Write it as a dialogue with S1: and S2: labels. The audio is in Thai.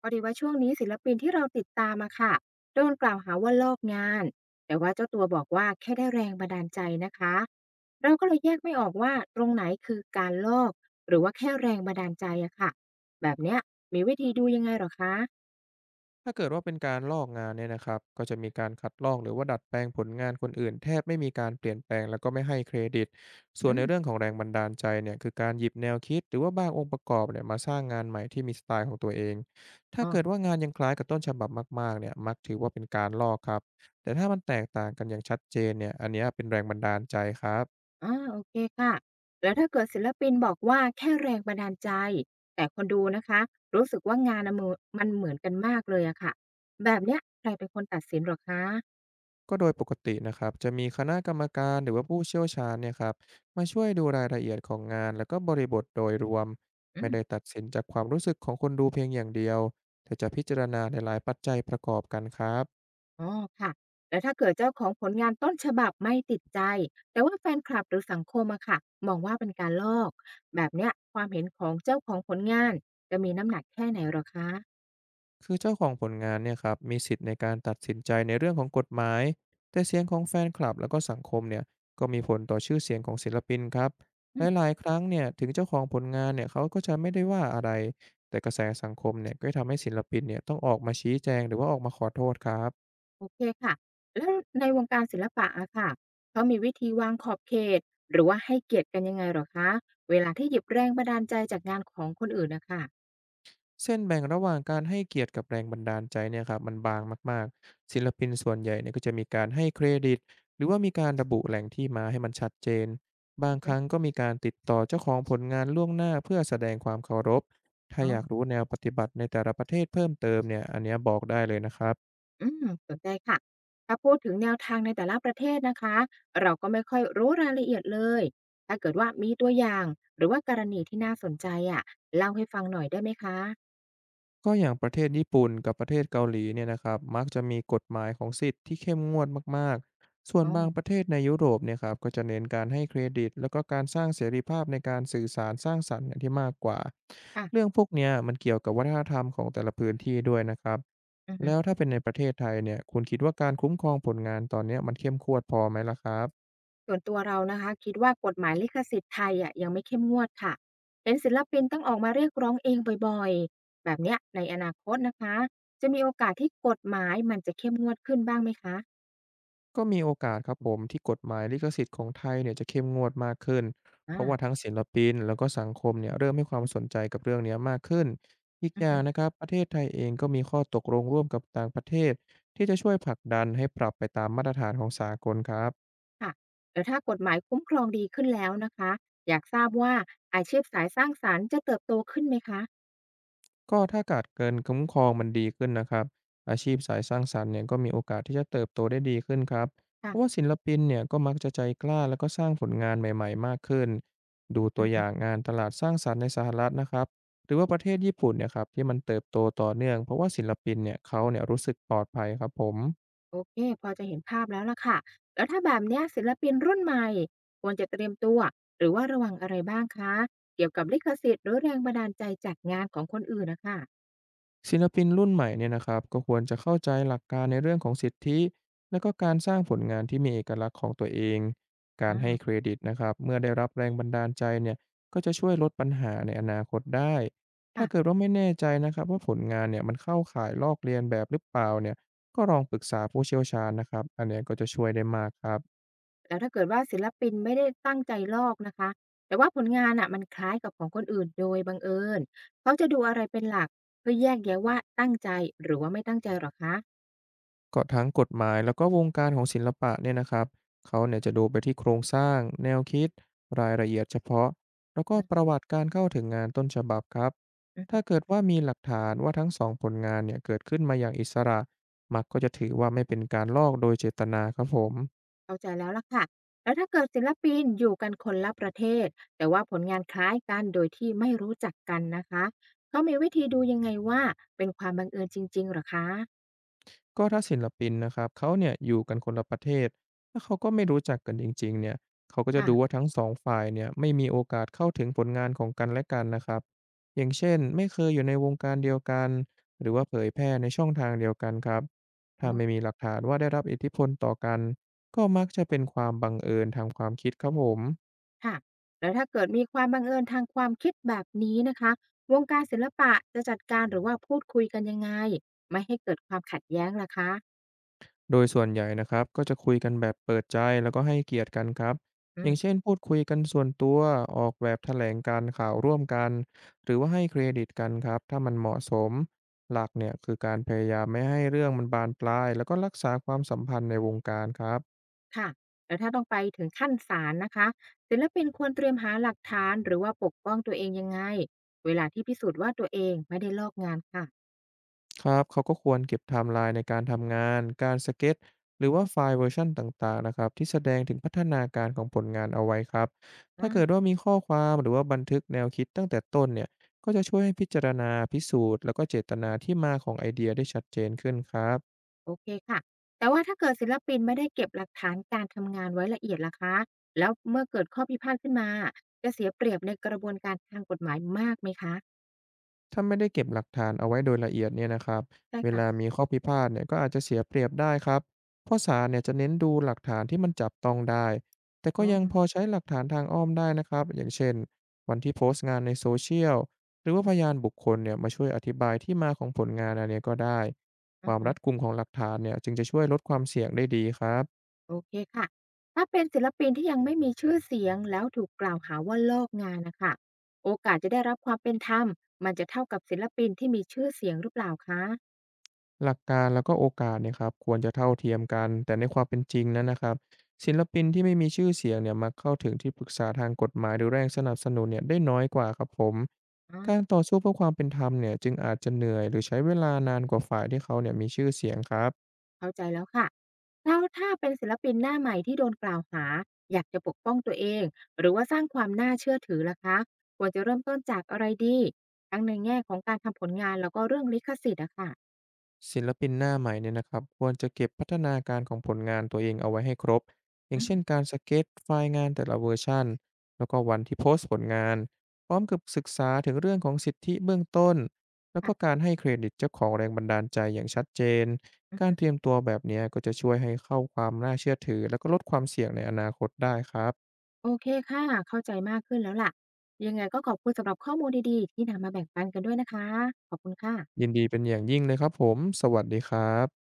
S1: พอดีว่าช่วงนี้ศิลปินที่เราติดตามอะค่ะโดนกล่าวหาว่าลอกงานแต่ว่าเจ้าตัวบอกว่าแค่ได้แรงบันดาลใจนะคะเราก็เลยแยกไม่ออกว่าตรงไหนคือการลอกหรือว่าแค่แรงบันดาลใจอะค่ะแบบเนี้ยมีวิธีดูยังไงเหรอคะ
S2: ถ้าเกิดว่าเป็นการลอกงานเนี่ยนะครับก็จะมีการคัดลอกหรือว่าดัดแปลงผลงานคนอื่นแทบไม่มีการเปลี่ยนแปลงแล้วก็ไม่ให้เครดิตส่ว
S1: อื
S2: นในเรื่องข
S1: ม
S2: องแรงบันดาลใจเนี่ยคือการหยิบแนวคิดหรือว่าบางองค์ประกอบเนี่ยมาสร้างงานใหม่ที่มีสไตล์ของตัวเองถ้า
S1: อ๋อ
S2: เกิดว่างานยังคล้ายกับต้นฉบับมากๆเนี่ยมักถือว่าเป็นการลอกครับแต่ถ้ามันแตกต่างกันอย่างชัดเจนเนี่ยอันเนี้ยเป็นแรงบันดาลใจครับ
S1: อ่าโอเคค่ะแล้วถ้าเกิดศิลปินบอกว่าแค่แรงบันดาลใจแต่คนดูนะคะรู้สึกว่างานน่ะมือมันเหมือนกันมากเลยอะค่ะแบบเนี้ยใครเป็นคนตัดสินเหรอคะ
S2: ก็โดยปกตินะครับจะมีคณะกรรมการหรือว่าผู้เชี่ยวชาญเนี่ยครับมาช่วยดูรายละเอียดของงานแล้วก็บริบทโดยรวม
S1: อื
S2: ไม่
S1: ม
S2: ได้ตัดสินจากความรู้สึกของคนดูเพียงอย่างเดียวแต่จะพิจารณาในหลายปัจจัยประกอบกันครับ
S1: อ๋อค่ะแล้วถ้าเกิดเจ้าของผลงานต้นฉบับไม่ติดใจ แต่ว่าแฟนคลับหรือสังคมอะค่ะมองว่าเป็นการลอก แบบเนี้ยความเห็นของเจ้าของผลงานจะมีน้ำหนักแค่ไหนหรอคะ
S2: คือเจ้าของผลงานเนี่ยครับมีสิทธิ์ในการตัดสินใจในเรื่องของกฎหมายแต่เสียงของแฟนคลับแล้วก็สังคมเนี่ยก็มีผลต่อชื่อเสียงของศิลปินครับ
S1: อืม
S2: หลายๆครั้งเนี่ยถึงเจ้าของผลงานเนี่ยเขาก็จะไม่ได้ว่าอะไรแต่กระแสสังคมเนี่ยก็ทำให้ศิลปินเนี่ยต้องออกมาชี้แจงหรือว่าออกมาขอโทษครับ
S1: โอเคค่ะแล้วในวงการศิลปะอะค่ะเขามีวิธีวางขอบเขตหรือว่าให้เกียรติกันยังไงหรอคะ เวลาที่หยิบแรงบันดาลใจจากงานของคนอื่นนะคะ
S2: เส้นแบ่งระหว่างการให้เกียรติกับแรงบันดาลใจเนี่ยครับมันบางมากๆศิลปินส่วนใหญ่เนี่ยก็จะมีการให้เครดิตหรือว่ามีการระบุแหล่งที่มาให้มันชัดเจนบางค
S1: อ
S2: รั้ง
S1: ม
S2: ก็มีการติดต่อเจ้าของผลงานล่วงหน้าเพื่อแสดงความเคารพถ้า
S1: อ๋อ
S2: อยากรู้แนวปฏิบัติในแต่ละประเทศเพิ่มเติมเนี่ยอันเนี้ยบอกได้เลยนะครับ
S1: อืมสนใจค่ะ ถ้าพูดถึงแนวทางในแต่ละประเทศนะคะ เราก็ไม่ค่อยรู้รายละเอียดเลย ถ้าเกิดว่ามีตัวอย่างหรือว่ากรณีที่น่าสนใจอะเล่าให้ฟังหน่อยได้ไหมคะ
S2: ก็อย่างประเทศญี่ปุ่นกับประเทศเกาหลีเนี่ยนะครับมักจะมีกฎหมายของสิทธิ์ที่เข้มงวดมากๆส่วน
S1: อ๋อ
S2: บางประเทศในยุโรปเนี่ยครับก็จะเน้นการให้เครดิตแล้วก็การสร้างเสรีภาพในการสื่อสารสร้างสรรค์เนี่ยที่มากกว่าเรื่
S1: ค่ะ
S2: องพวกเนี้ยมันเกี่ยวกับวัฒนธรรมของแต่ละพื้นที่ด้วยนะครับ
S1: อือฮึ
S2: แล้วถ้าเป็นในประเทศไทยเนี่ยคุณคิดว่าการคุ้มครองผลงานตอนเนี้ยมันเข้มขวดพอไหมล่ะครับ
S1: ส่วนตัวเรานะคะคิดว่ากฎหมายลิขสิทธิ์ไทยอะยังไม่เข้มงวดค่ะเห็นศิลปินต้องออกมาเรียกร้องเองบ่อยๆ แบบเนี้ยในอนาคตนะคะจะมีโอกาสที่กฎหมายมันจะเข้มงวดขึ้นบ้างไหมคะ
S2: ก็มีโอกาสครับผมที่กฎหมายลิขสิทธิ์ของไทยเนี่ยจะเข้มงวดมากขึ้นเพ
S1: อา
S2: ราะว่าทั้งศิลปินแล้วก็สังคมเนี่ยเริ่มให้ความสนใจกับเรื่องเนี้ยมากขึ้นอีกอย่างนะครับประเทศไทยเองก็มีข้อตกลงร่วมกับต่างประเทศที่จะช่วยผลักดันให้ปรับไปตามมาตรฐานของสากลครับ
S1: ค่ะแล้วถ้ากฎหมายคุ้มครองดีขึ้นแล้วนะคะอยากทราบว่าอาชีพสายสร้างสรรค์จะเติบโตขึ้นไหมคะ
S2: ก็ถ้าอากาศเกินคุ้มครองมันดีขึ้นนะครับอาชีพสายสร้างสรรค์เนี่ยก็มีโอกาสที่จะเติบโตได้ดีขึ้นครับเพราะว่า
S1: ค่ะ
S2: ศิลปินเนี่ยก็มักจะใจกล้าแล้วก็สร้างผลงานใหม่ๆมากขึ้นดูตั
S1: อื
S2: ว
S1: อ
S2: อ
S1: ฮึ
S2: ย่างงานตลาดสร้างสรรค์ในสหรัฐนะครับหรือว่าประเทศญี่ปุ่นเนี่ยครับที่มันเติบโตต่อเนื่องเพราะว่าศิลปินเนี่ยเขาเนี่ยรู้สึกปลอดภัยครับผม
S1: โอเคพอจะเห็นภาพแล้วล่ะค่ะแล้วถ้าแบบเนี้ยศิลปินรุ่นใหม่ควรจะเตรียมตัวหรือว่าระวังอะไรบ้างคะเกี่ยวกับลิขสิทธิ์หรือแรงบันดาลใจจากงานของคนอื่นนะคะ
S2: ศิลปินรุ่นใหม่เนี่ยนะครับก็ควรจะเข้าใจหลักการในเรื่องของสิทธิและก็การสร้างผลงานที่มีเอกลักษณ์ของตัวเองการ
S1: อา
S2: ให้เครดิตนะครับเมื่อได้รับแรงบันดาลใจเนี่ยก็จะช่วยลดปัญหาในอนาคตได้ถ้าเกิด
S1: ค่ะ
S2: ว่าไม่แน่ใจนะครับว่าผลงานเนี่ยมันเข้าข่ายลอกเลียนแบบหรือเปล่าเนี่ยก็ลองปรึกษาผู้เชี่ยวชาญนะครับอันเนี้ยก็จะช่วยได้มากครับ
S1: แล้วถ้าเกิดว่าศิลปินไม่ได้ตั้งใจลอกนะคะแต่ว่าผลงานอ่ะมันคล้ายกับของคนอื่นโดยบังเอิญเขาจะดูอะไรเป็นหลักเพื่อแยกแยะว่าตั้งใจหรือว่าไม่ตั้งใจหรอคะ
S2: ก็ทั้งกฎหมายแล้วก็วงการของศิลปะเนี่ยนะครับเขาเนี่ยจะดูไปที่โครงสร้างแนวคิดรายละเอียดเฉพาะแล้วก็
S1: อะ
S2: ประวัติการเข้าถึงงานต้นฉบับครับ
S1: อือฮึ
S2: ถ้าเกิดว่ามีหลักฐานว่าทั้งสองผลงานเนี่ยเกิดขึ้นมาอย่างอิสระมักก็จะถือว่าไม่เป็นการลอกโดยเจตนาครับผม
S1: เข้าใจแล้วล่ะค่ะแล้วถ้าเกิดศิลปินอยู่กันคนละประเทศแต่ว่าผลงานคล้ายกันโดยที่ไม่รู้จักกันนะคะเขามีวิธีดูยังไงว่าเป็นความบังเอิญจริงๆหรอคะ
S2: ก็ถ้าศิลปินนะครับเขาเนี่ยอยู่กันคนละประเทศแล้วเขาก็ไม่รู้จักกันจริงๆเนี่ยเขาก็จะ
S1: ค่ะ
S2: ดูว่าทั้งสองฝ่ายเนี่ยไม่มีโอกาสเข้าถึงผลงานของกันและกันนะครับอย่างเช่นไม่เคยอยู่ในวงการเดียวกันหรือว่าเผยแพร่ในช่องทางเดียวกันครับถ้าไม่
S1: อ
S2: มีหลักฐานว่าได้รับอิทธิพลต่อกันก็มักจะเป็นความบังเอิญทางความคิดครับผม
S1: ค่ะแล้วถ้าเกิดมีความบังเอิญทางความคิดแบบนี้นะคะวงการศิลปะจะจัดการหรือว่าพูดคุยกันยังไงไม่ให้เกิดความขัดแย้งล่ะคะ
S2: โดยส่วนใหญ่นะครับก็จะคุยกันแบบเปิดใจแล้วก็ให้เกียรติกันครับ
S1: อื
S2: อ
S1: ม
S2: ย่างเช่นพูดคุยกันส่วนตัวออกแบบแถลงการข่าวร่วมกันหรือว่าให้เครดิตกันครับถ้ามันเหมาะสมหลักเนี่ยคือการพยายามไม่ให้เรื่องมันบานปลายแล้วก็รักษาความสัมพันธ์ในวงการครับ
S1: ค่ะแล้วถ้าต้องไปถึงขั้นศาลนะคะศิลปินควรเตรียมหาหลักฐานหรือว่าปกป้องตัวเองยังไงเวลาที่พิสูจน์ว่าตัวเองไม่ได้ลอกงานค่ะ
S2: ครับเขาก็ควรเก็บไทม์ไลน์ในการทำงาน การสเก็ตหรือว่าไฟล์เวอร์ชันต่างๆนะครับที่แสดงถึงพัฒนาการของผลงานเอาไว้ครับ ถ้า
S1: อ่า
S2: เกิดว่ามีข้อความหรือว่าบันทึกแนวคิดตั้งแต่ต้นเนี่ย ก็จะช่วยให้พิจารณาพิสูจน์แล้วก็เจตนาที่มาของไอเดียได้ชัดเจนขึ้นครับ
S1: โอเคค่ะแต่ว่าถ้าเกิดศิลปินไม่ได้เก็บหลักฐานการทำงานไว้ละเอียดล่ะคะแล้วเมื่อเกิดข้อพิพาทขึ้นมาจะเสียเปรียบในกระบวนการทางกฎหมายมากไหมคะ
S2: ถ้าไม่ได้เก็บหลักฐานเอาไว้โดยละเอียดเนี่ยนะครับ
S1: ใช่
S2: เวลา
S1: ค่ะ
S2: มีข้อพิพาทเนี่ยก็อาจจะเสียเปรียบได้ครับเพราะศาลเนี่ยจะเน้นดูหลักฐานที่มันจับต้องได้แต่ก็
S1: อ๋
S2: ยังพอ
S1: อ
S2: ใช้หลักฐานทางอ้อมได้นะครับอย่างเช่นวันที่โพสต์งานในโซเชียลหรือว่าพยานบุคคลเนี่ยมาช่วยอธิบายที่มาของผลงานอันเนี้ยก็ได้ ค
S1: อะ
S2: วามรั
S1: ฮะ
S2: ดกุมของหลักฐานเนี่ยจึงจะช่วยลดความเสี่ยงได้ดีครับ
S1: โอเคค่ะ ถ้าเป็นศิลปินที่ยังไม่มีชื่อเสียงแล้วถูกกล่าวหาว่าลอกงานน่ะค่ะโอกาสจะได้รับความเป็นธรรมมันจะเท่ากับศิลปินที่มีชื่อเสียงหรือเปล่าคะ
S2: หลักการแล้วก็โอกาสเนี่ยครับควรจะเท่าเทียมกันแต่ในความเป็นจริงนั้นนะครับศิลปินที่ไม่มีชื่อเสียงเนี่ยมาเข้าถึงที่ปรึกษาทางกฎหมายหรือแรงสนับสนุนเนี่ยได้น้อยกว่าครับผม
S1: อา
S2: การต่อสู้เพื่อความเป็นธรรมเนี่ยจึงอาจจะเหนื่อยหรือใช้เวลานานกว่าฝ่ายที่เขาเนี่ยมีชื่อเสียงครับ
S1: เข้าใจแล้วค่ะแล้วถ้าเป็นศิลปินหน้าใหม่ที่โดนกล่าวหาอยากจะปกป้องตัวเองหรือว่าสร้างความน่าเชื่อถือล่ะคะควรจะเริ่มต้นจากอะไรดีทั้งในแง่ของการทำผลงานแล้วก็เรื่องลิขสิทธิ์อะค่ะ
S2: ศิลปินหน้าใหม่เนี่ยนะครับควรจะเก็บพัฒนาการของผลงานตัวเองเอาไว้ให้ครบอย่า
S1: อื
S2: งเช่นกา
S1: ม
S2: รสเก็ตไฟล์งานแต่ละเวอร์ชันแล้วก็วันที่โพสต์ผลงานพร้อมกับศึกษาถึงเรื่องของสิทธิเบื้องต้นแล้วก็การ
S1: ค่ะ
S2: ให้เครดิตเจ้าของแรงบันดาลใจอย่างชัดเจน
S1: อือ
S2: การ
S1: ฮึ
S2: เตรียมตัวแบบเนี้ยก็จะช่วยให้เข้าความน่าเชื่อถือแล้วก็ลดความเสี่ยงในอนาคตได้ครับ
S1: โอเคค่ะ เข้าใจมากขึ้นแล้วล่ะ ยังไงก็ขอบคุณสำหรับข้อมูลดีๆที่นำมาแบ่งปันกันด้วยนะคะ ขอบคุณค่ะ
S2: ยินดีเป็นอย่างยิ่งเลยครับผมสวัสดีครับ